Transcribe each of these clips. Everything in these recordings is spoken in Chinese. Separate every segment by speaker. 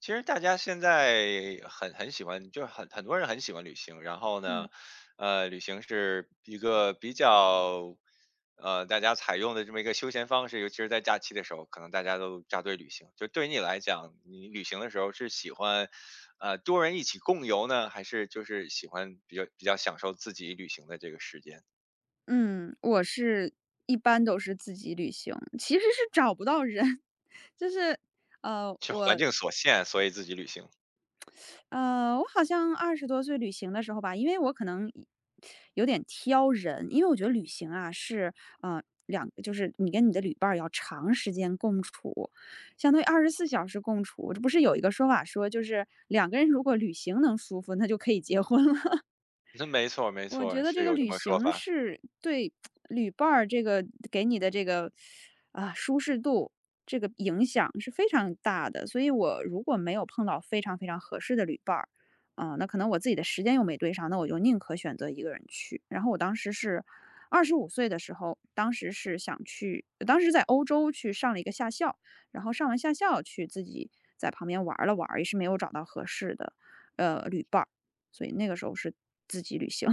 Speaker 1: 其实大家现在很喜欢，就是很多人很喜欢旅行。然后呢，
Speaker 2: 嗯
Speaker 1: 旅行是一个比较，大家采用的这么一个休闲方式，尤其是在假期的时候，可能大家都扎堆旅行。就对于你来讲，你旅行的时候是喜欢，多人一起共游呢，还是就是喜欢比较享受自己旅行的这个时间？
Speaker 2: 嗯，一般都是自己旅行，其实是找不到人。就是呃，
Speaker 1: 就环
Speaker 2: 我
Speaker 1: 境所限，所以自己旅行。
Speaker 2: 我好像20多岁旅行的时候吧，因为我可能有点挑人，因为我觉得旅行啊是就是你跟你的旅伴儿要长时间共处，相当于24小时共处。这不是有一个说法说，就是两个人如果旅行能舒服，那就可以结婚了。
Speaker 1: 那没错，没
Speaker 2: 我
Speaker 1: 错，
Speaker 2: 觉得这
Speaker 1: 是
Speaker 2: 个
Speaker 1: 有这
Speaker 2: 旅
Speaker 1: 么说
Speaker 2: 行
Speaker 1: 法。
Speaker 2: 是对旅伴儿这个给你的这个舒适度，这个影响是非常大的。所以我如果没有碰到非常非常合适的旅伴儿，那可能我自己的时间又没对上，那我就宁可选择一个人去。然后我当时是二十五岁的时候，当时是想去，当时在欧洲去上了一个夏校，然后上完夏校去自己在旁边玩儿了玩儿也是没有找到合适的旅伴儿，所以那个时候是自己旅行。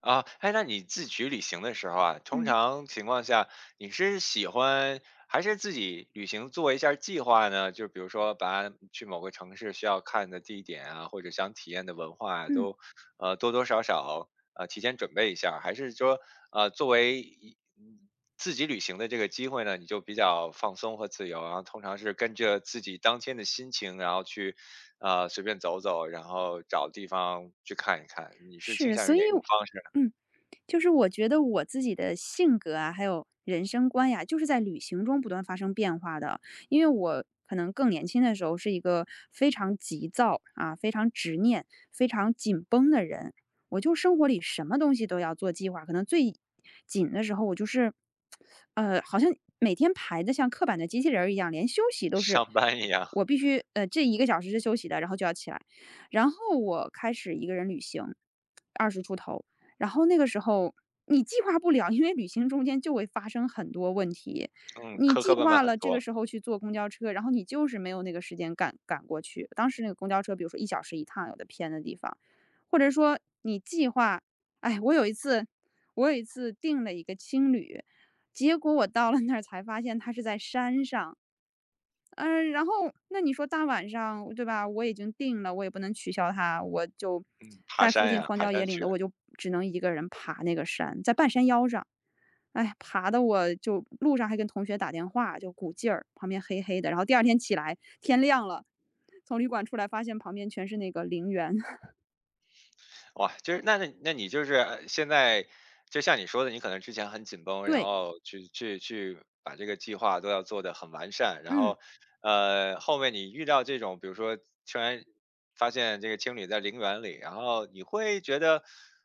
Speaker 1: 啊，哎，那你自己旅行的时候啊，通
Speaker 2: 嗯
Speaker 1: 常情况下你是喜欢还是自己旅行做一下儿计划呢？就比如说把去某个城市需要看的地点啊，或者想体验的文化啊，
Speaker 2: 嗯，
Speaker 1: 都多多少少提前准备一下儿，还是说呃作为一嗯自己旅行的这个机会呢，你就比较放松和自由，然后通常是跟着自己当天的心情，然后去随便走走，然后找地方去看一看，你是倾
Speaker 2: 是，
Speaker 1: 向于
Speaker 2: 所以
Speaker 1: 哪种方式？
Speaker 2: 嗯，就是我觉得我自己的性格啊，还有人生观呀，就是在旅行中不断发生变化的。因为我可能更年轻的时候是一个非常急躁啊、非常执念、非常紧绷的人，我就生活里什么东西都要做计划，可能最紧的时候我就是，好像每天排的像刻板的机器人儿一样，连休息都是。
Speaker 1: 上班一样，
Speaker 2: 我必须，这一个小时是休息的，然后就要起来。然后我开始一个人旅行，20出头，然后那个时候你计划不了，因为旅行中间就会发生很多问题。
Speaker 1: 嗯，
Speaker 2: 你
Speaker 1: 磕
Speaker 2: 计
Speaker 1: 磕绊绊
Speaker 2: 划
Speaker 1: 很
Speaker 2: 了这个
Speaker 1: 多，
Speaker 2: 时候去坐公交车，然后你就是没有那个时间赶过去。当时那个公交车，比如说1小时1趟，有的偏的地方，或者说你计划。哎，我有一次订了一个青旅，结果我到了那儿才发现它是在山上。嗯，然后那你说大晚上，对吧？我已经定了，我也不能取消它，我就
Speaker 1: 嗯，爬
Speaker 2: 在附
Speaker 1: 山
Speaker 2: 近
Speaker 1: 呀，
Speaker 2: 荒
Speaker 1: 爬
Speaker 2: 郊野
Speaker 1: 山
Speaker 2: 岭
Speaker 1: 去，
Speaker 2: 的，我就只能一个人爬那个山，在半山腰上。哎，爬的我就路上还跟同学打电话，就鼓劲儿，旁边黑黑的。然后第二天起来，天亮了，从旅馆出来，发现旁边全是那个陵园。
Speaker 1: 哇，就是那你就是现在，就像你说的，你可能之前很紧绷，然
Speaker 2: 对，
Speaker 1: 后去把这个计划都要做得很完善，然
Speaker 2: 嗯。
Speaker 1: 后后面你遇到这种，比如说突然发现这个青旅在陵园里，然后你会觉得，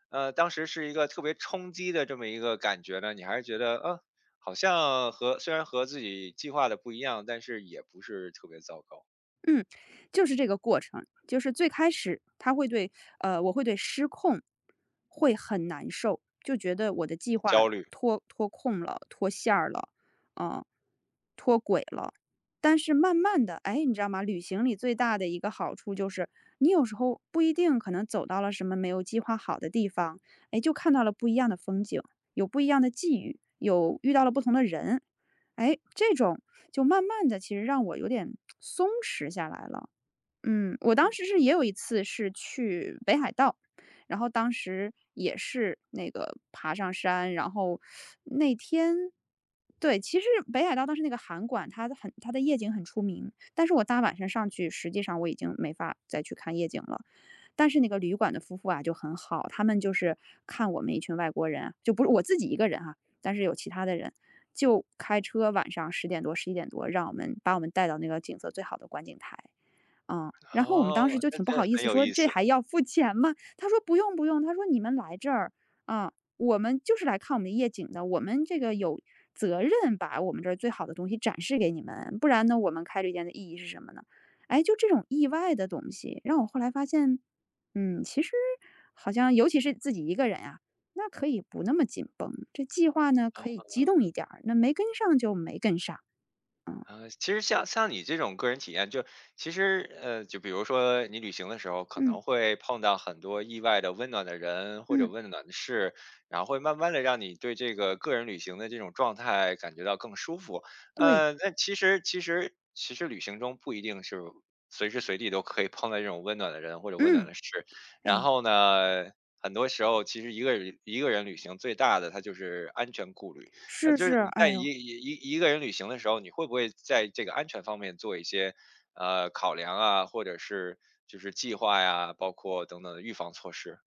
Speaker 1: 当时是一个特别冲击的这么一个感觉呢，你还是觉得，好像和虽然和自己计划的不一样，但是也不是特别糟糕，
Speaker 2: 嗯，就是这个过程，就是最开始他会对，我会对失控会很难受，就觉得我的计划
Speaker 1: 焦虑。
Speaker 2: 脱控了，脱线儿了，啊、脱轨了。但是慢慢的，哎，你知道吗？旅行里最大的一个好处就是，你有时候不一定可能走到了什么没有计划好的地方，哎，就看到了不一样的风景，有不一样的际遇，有遇到了不同的人，哎，这种就慢慢的，其实让我有点松弛下来了。嗯，我当
Speaker 1: 嗯，
Speaker 2: 时是也有一次是去北海道，然后当时也是那个爬上山，然后那天对，其实北海道当时那个函馆，它的夜景很出名，但是我大晚上上去，实际上我已经没法再去看夜景了。但是那个旅馆的夫妇啊就很好，他们就是看我们一群外国人啊，就不是我自己一个人啊，但是有其他的人，就开车晚上10点多、11点多，让我们把我们带到那个景色最好的观景台。啊，然后我们当时
Speaker 1: 哦，
Speaker 2: 就
Speaker 1: 那
Speaker 2: 挺不
Speaker 1: 这
Speaker 2: 好意
Speaker 1: 很
Speaker 2: 思，
Speaker 1: 有
Speaker 2: 说：
Speaker 1: 意
Speaker 2: “这
Speaker 1: 思啊。
Speaker 2: 还要付钱吗？”他说：“不用不用。”他说：“你们来这儿，啊，我们就是来看我们的夜景的，我们这个有责任把我们这儿最好的东西展示给你们，不然呢，我们开这店的意义是什么呢？”哎，就这种意外的东西，让我后来发现，嗯，其实好像尤其是自己一个人啊，那可以不那么紧绷，这计划呢可以激动一点儿，那没跟上就没跟上。
Speaker 1: 其实像你这种个人体验，就其实就比如说你旅行的时候，可
Speaker 2: 嗯
Speaker 1: 能会碰到很多意外的温暖的人或者
Speaker 2: 嗯，
Speaker 1: 温暖的事，然后会慢慢的让你对这个个人旅行的这种状态感觉到更舒服。
Speaker 2: 对，
Speaker 1: 那其实旅行中不一定是随时随地都可以碰到这种温暖的人或者温暖
Speaker 2: 嗯，
Speaker 1: 的事，然
Speaker 2: 哎。
Speaker 1: 后呢，很多时候其实一个人旅行最大的它就是安全顾虑。
Speaker 2: 是
Speaker 1: 就是
Speaker 2: 是，
Speaker 1: 你在
Speaker 2: 哎
Speaker 1: 一
Speaker 2: 呦，
Speaker 1: 一一一个人旅行的时候，你会不会在这个安全方面做一些考量啊，或者是就是计划呀，包括等等的预防措施？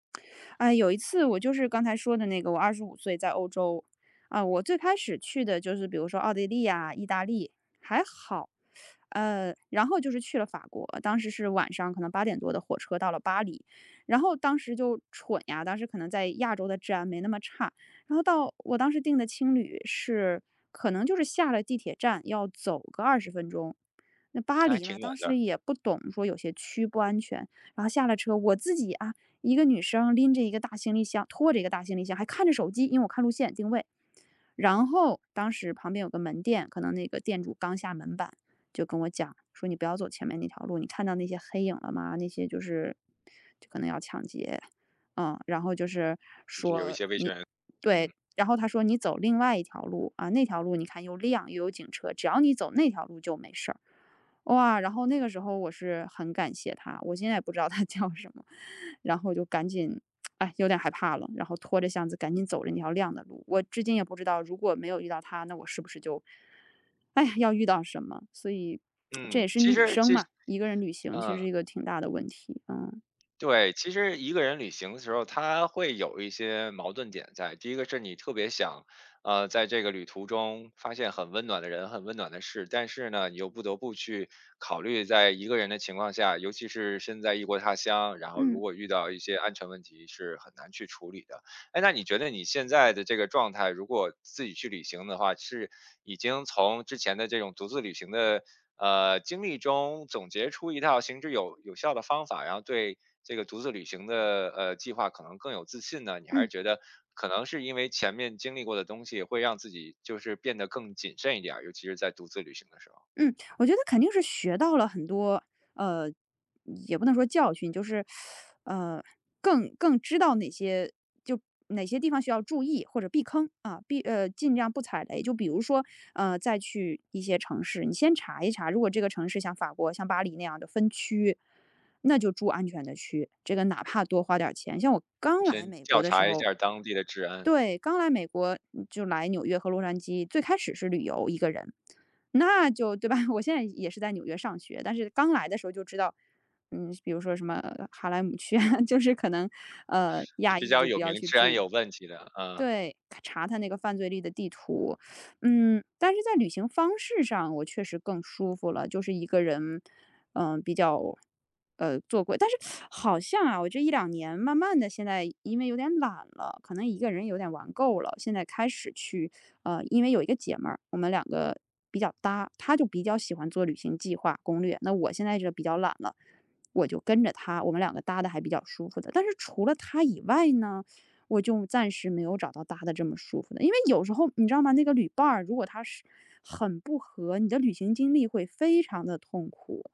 Speaker 2: 哎，有一次我就是刚才说的那个，我二十五岁在欧洲，啊，我最开始去的就是比如说奥地利啊、意大利，还好，然后就是去了法国，当时是晚上可能8点多的火车到了巴黎，然后当时就蠢呀，当时可能在亚洲的治安没那么差，然后到我当时订的青旅是可能就是下了地铁站要走个20分钟。那巴
Speaker 1: 那还
Speaker 2: 黎
Speaker 1: 挺
Speaker 2: 嘛，
Speaker 1: 远
Speaker 2: 当时
Speaker 1: 的，
Speaker 2: 也不懂说有些区不安全，然后下了车，我自己啊，一个女生拎着一个大行李箱，拖着一个大行李箱，还看着手机，因为我看路线定位。然后当时旁边有个门店，可能那个店主刚下门板，就跟我讲说：“你不要走前面那条路，你看到那些黑影了吗？那些就可能要抢劫。”嗯，然后就是
Speaker 1: 就是有一
Speaker 2: 说
Speaker 1: 些危险。
Speaker 2: 你
Speaker 1: 嗯
Speaker 2: 对，然后他说你走另外一条路啊，那条路你看又亮又有警车，只要你走那条路就没事儿。哇，然后那个时候我是很感谢他，我现在也不知道他 叫什么，然后就赶紧，哎，有点害怕了，然后拖着箱子赶紧走着那条亮的路。我至今也不知道，如果没有遇到他，那我是不是就，哎呀，要遇到什么？所以 这也
Speaker 1: 嗯，
Speaker 2: 是
Speaker 1: 其
Speaker 2: 女
Speaker 1: 实
Speaker 2: 生
Speaker 1: 其实，
Speaker 2: 嘛，一个人旅行其实
Speaker 1: 嗯。
Speaker 2: 是一个挺大的问题。嗯
Speaker 1: 对，其实一个人旅行的时候，他会有一些矛盾点在。第一个是你特别想，在这个旅途中发现很温暖的人、很温暖的事，但是呢，你又不得不去考虑，在一个人的情况下，尤其是身在异国他乡，然后如
Speaker 2: 嗯
Speaker 1: 果遇到一些安全问题，是很难去处理的。哎，那你觉得你现在的这个状态，如果自己去旅行的话，是已经从之前的这种独自旅行的经历中总结出一套行之有效的方法，然后对这个独自旅行的计划可能更有自信呢？你还是
Speaker 2: 嗯。
Speaker 1: 觉得可能是因为前面经历过的东西，会让自己就是变得更谨慎一点儿，尤其是在独自旅行的时候，
Speaker 2: 嗯，我觉得肯定是学到了很多，呃，也不能说教训，就是，呃，更知道哪些就哪些地方需要注意或者避坑啊，尽量不踩雷。就比如说，再去一些城市，你先查一查，如果这个城市像法国、像巴黎那样的分区，那就住安全的区，这个哪怕多花点儿钱。像我刚来
Speaker 1: 先
Speaker 2: 美国
Speaker 1: 调
Speaker 2: 的时
Speaker 1: 查一
Speaker 2: 候，
Speaker 1: 下当地的治安，
Speaker 2: 对，刚来美国就来纽约和洛杉矶，最开始是旅游一个人。那就对吧？我现在也是在纽约上学，但是刚来的时候就知道，嗯，比如说什么哈莱姆区啊，就是可能，亚
Speaker 1: 比
Speaker 2: 裔
Speaker 1: 较
Speaker 2: 就
Speaker 1: 有
Speaker 2: 不要
Speaker 1: 名
Speaker 2: 去
Speaker 1: 治安
Speaker 2: 住，
Speaker 1: 有问题的，嗯。
Speaker 2: 对，查他那个犯罪率的地图，嗯，但是在旅行方式上，我确实更舒服了，就是一个人，比较，做过。但是好像啊，我这一两年慢慢的，现在因为有点懒了，可能一个人有点玩够了，现在开始去，因为有一个姐们儿，我们两个比较搭，她就比较喜欢做旅行计划攻略，那我现在就比较懒了，我就跟着她，我们两个搭的还比较舒服的。但是除了她以外呢？我就暂时没有找到搭的这么舒服的。因为有时候你知道吗？那个旅伴儿如果他是很不和，你的旅行经历会非常的痛苦。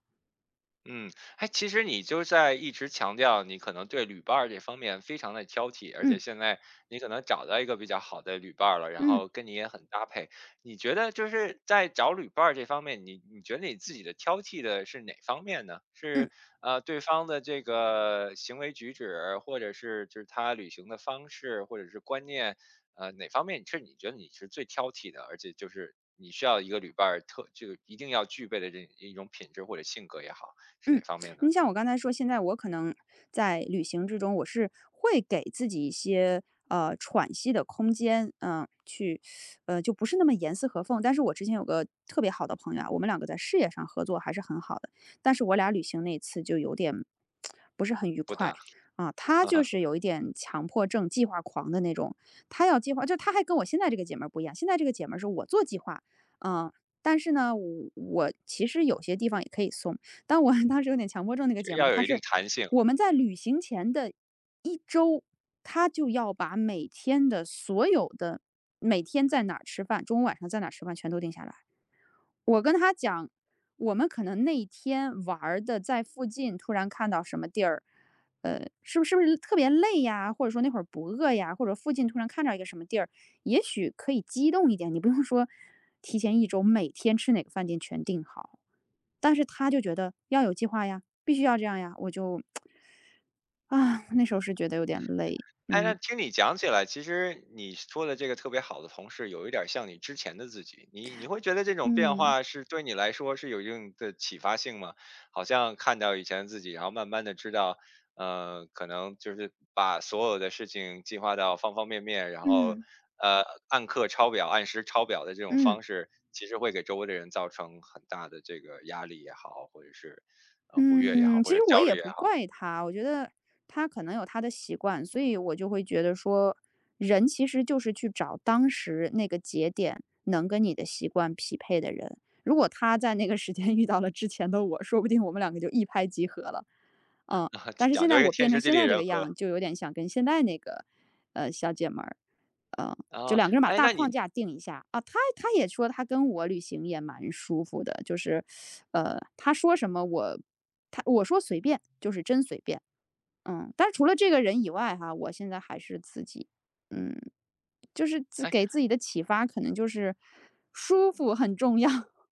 Speaker 1: 嗯，哎，其实你就在一直强调你可能对旅伴儿这方面非常的挑剔，而且
Speaker 2: 嗯
Speaker 1: 现在你可能找到一个比较好的旅伴儿了，然
Speaker 2: 嗯
Speaker 1: 后跟你也很搭配。你觉得就是在找旅伴儿这方面，你觉得你自己的挑剔的是哪方面呢？
Speaker 2: 嗯。
Speaker 1: 是对方的这个行为举止，或者是就是他旅行的方式，或者是观念，哪方面是你觉得你是最挑剔的，而且就是你需要一个旅伴儿特就一定要具备的这一种品质或者性格也好。是哪
Speaker 2: 嗯，
Speaker 1: 方面呢？
Speaker 2: 你像我刚才说，现在我可能在旅行之中，我是会给自己一些喘息的空间，就不是那么严丝合缝。但是我之前有个特别好的朋友啊，我们两个在事业上合作还是很好的，但是我俩旅行那次就有点不是很愉
Speaker 1: 不
Speaker 2: 快
Speaker 1: 搭，
Speaker 2: 啊。他
Speaker 1: 哈
Speaker 2: 就
Speaker 1: 哈，
Speaker 2: 是有一点强迫症、计划狂的那种，他要计划，就他还跟我现在这个姐们儿不一样，现在这个姐们儿是我做计划，嗯、但是呢，我其实有些地方也可以松，但我 当时有点强迫症那个
Speaker 1: 就是
Speaker 2: 姐们
Speaker 1: 要
Speaker 2: 儿，
Speaker 1: 有
Speaker 2: 她
Speaker 1: 一定
Speaker 2: 是
Speaker 1: 弹性。
Speaker 2: 我们在旅行前的一周，她就要把每天的所有的每天在哪儿吃饭，中午晚上在哪儿吃饭全都定下来。我跟她讲，我们可能那一天玩儿的在附近突然看到什么地儿，是不是不是特别累呀，或者说那会儿不饿呀，或者附近突然看到一个什么地儿，也许可以激动一点，你不用说提前一周每天吃哪个饭店全定好。但是他就觉得要有计划呀，必须要这样呀，我就 啊，那时候是觉得有点累，
Speaker 1: 哎，那
Speaker 2: 嗯。
Speaker 1: 听你讲起来，其实你说的这个特别好的同事，有一点儿像你之前的自己。你会觉得这种变
Speaker 2: 嗯
Speaker 1: 化是对你来说是有一定的启发性吗？好像看到以前的自己，然后慢慢的知道，可能就是把所有的事情计划到方方面面，然后
Speaker 2: 嗯
Speaker 1: 呃按课抄表、按时抄表的这种
Speaker 2: 嗯。
Speaker 1: 方式，其实会给周围的人造成很大的这个压力也好，或者是不悦也好，
Speaker 2: 嗯，
Speaker 1: 或
Speaker 2: 其
Speaker 1: 者
Speaker 2: 实我
Speaker 1: 焦虑
Speaker 2: 也
Speaker 1: 也
Speaker 2: 不
Speaker 1: 好。
Speaker 2: 怪他，我觉得他可能有他的习惯，所以我就会觉得说，人其实就是去找当时那个节点能跟你的习惯匹配的人。如果他在那个时间遇到了之前的我，说不定我们两个就一拍即合了。嗯，
Speaker 1: 啊，
Speaker 2: 但是
Speaker 1: 讲
Speaker 2: 现
Speaker 1: 究
Speaker 2: 在
Speaker 1: 一个
Speaker 2: 我
Speaker 1: 天
Speaker 2: 变
Speaker 1: 时
Speaker 2: 成
Speaker 1: 地
Speaker 2: 现
Speaker 1: 利
Speaker 2: 在这
Speaker 1: 人
Speaker 2: 个
Speaker 1: 和。
Speaker 2: 样，就有点想跟现在那个小姐们儿，嗯就
Speaker 1: 啊，
Speaker 2: 两个人把
Speaker 1: 哎，
Speaker 2: 大
Speaker 1: 那
Speaker 2: 框
Speaker 1: 你
Speaker 2: 架定一下啊。他也说他跟我旅行也蛮舒服的，就是，他说什么我，他我说随便，就是真随便。嗯，但是除了这个人以外哈，我现在还是自己，嗯，就是自
Speaker 1: 哎
Speaker 2: 给自己的启发，可能就是舒服很重要。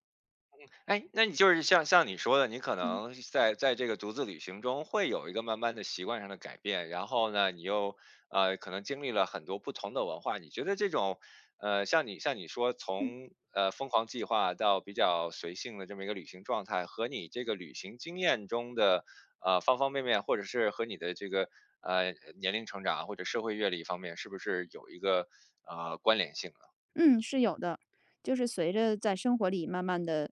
Speaker 1: 哎，那你就是像你说的，你可
Speaker 2: 嗯
Speaker 1: 能在在这个独自旅行中会有一个慢慢的习惯上的改变，然后呢，你又可能经历了很多不同的文化，你觉得这种像你像你说
Speaker 2: 嗯。
Speaker 1: 从疯狂计划到比较随性的这么一个旅行状态，和你这个旅行经验中的方方面面，或者是和你的这个呃年龄成长或者社会阅历方面，是不是有一个关联性？
Speaker 2: 嗯，是有的，就是随着在生活里慢慢的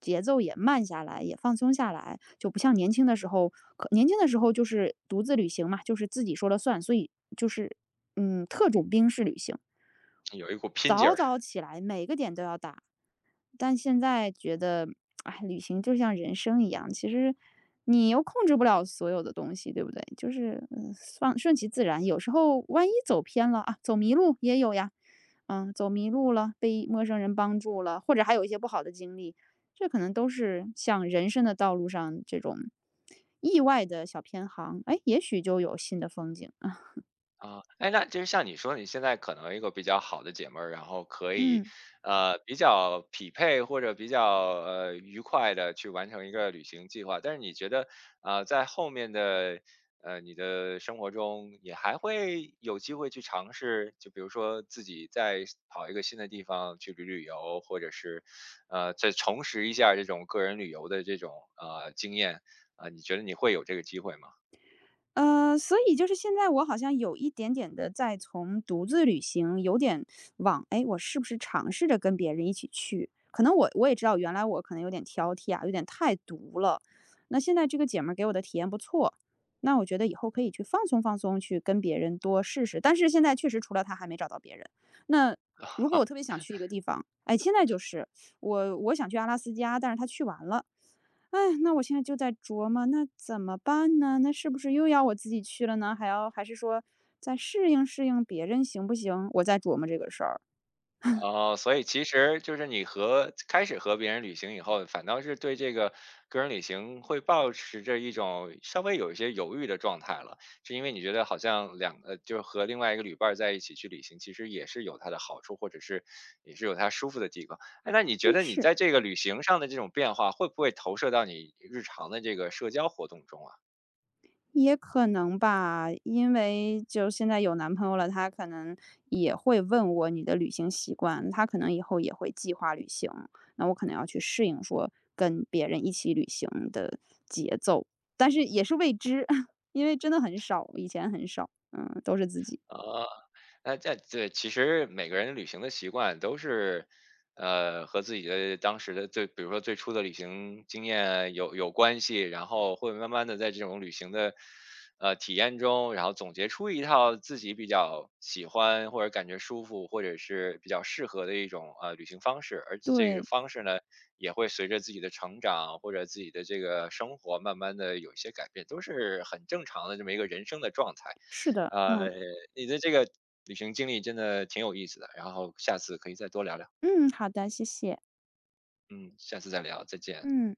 Speaker 2: 节奏也慢下来，也放松下来，就不像年轻的时候，可年轻的时候就是独自旅行嘛，就是自己说了算，所以就是嗯，特种兵式旅行，
Speaker 1: 有一股拼劲
Speaker 2: 早
Speaker 1: 儿
Speaker 2: 早起来，每个点都要打但现在觉得，哎，旅行就像人生一样，其实你又控制不了所有的东西，对不对？就是，嗯，放顺其自然。有时候万一走偏了啊，走迷路也有呀，嗯，走迷路了，被陌生人帮助了，或者还有一些不好的经历，这可能都是像人生的道路上这种意外的小偏航，哎，也许就有新的风景啊。
Speaker 1: 啊。哎，那就是像你说，你现在可能一个比较好的姐妹儿，然后可以
Speaker 2: 嗯。
Speaker 1: 比较匹配或者比较愉快的去完成一个旅行计划。但是你觉得在后面的你的生活中，也还会有机会去尝试，就比如说自己再跑一个新的地方去旅旅游，或者是再重拾一下这种个人旅游的这种经验啊、你觉得你会有这个机会吗？
Speaker 2: 所以就是现在我好像有一点点的在从独自旅行有点往，诶，我是不是尝试着跟别人一起去？可能我也知道原来我可能有点挑剔啊，有点太独了。那现在这个姐们儿给我的体验不错，那我觉得以后可以去放松放松，去跟别人多试试。但是现在确实除了她还没找到别人。那如果我特别想去一个地方，哎，现在就是，我想去阿拉斯加，但是她去完了。哎，那我现在就在琢磨，那怎么办呢？那是不是又要我自己去了呢？还要还是说再适应适应别人行不行？我在琢磨这个事儿。
Speaker 1: 哦，所以其实就是你和开始和别人旅行以后，反倒是对这个个人旅行会保持着一种稍微有一些犹豫的状态了，是因为你觉得好像，就是和另外一个旅伴儿在一起去旅行，其实也是有它的好处，或者是也是有它舒服的地方。哎，那你觉
Speaker 2: 但
Speaker 1: 得你
Speaker 2: 是
Speaker 1: 在这个旅行上的这种变化，会不会投射到你日常的这个社交活动中啊？
Speaker 2: 也可能吧，因为就现在有男朋友了，他可能也会问我你的旅行习惯，他可能以后也会计划旅行，那我可能要去适应说跟别人一起旅行的节奏，但是也是未知，因为真的很少，以前很少，嗯，都是自己。
Speaker 1: 哦，那这对，其实每个人旅行的习惯都是，和自己的当时的最，比如说最初的旅行经验有关系，然后会慢慢的在这种旅行的，体验中，然后总结出一套自己比较喜欢或者感觉舒服或者是比较适合的一种旅行方式，而且这个
Speaker 2: 对，
Speaker 1: 方式呢，也会随着自己的成长或者自己的这个生活慢慢的有一些改变，都是很正常的这么一个人生的状态。
Speaker 2: 是的，嗯。
Speaker 1: 呃，你的这个旅行经历真的挺有意思的，然后下次可以再多聊聊。
Speaker 2: 嗯，好的，谢谢。
Speaker 1: 嗯，下次再聊，再见。
Speaker 2: 嗯。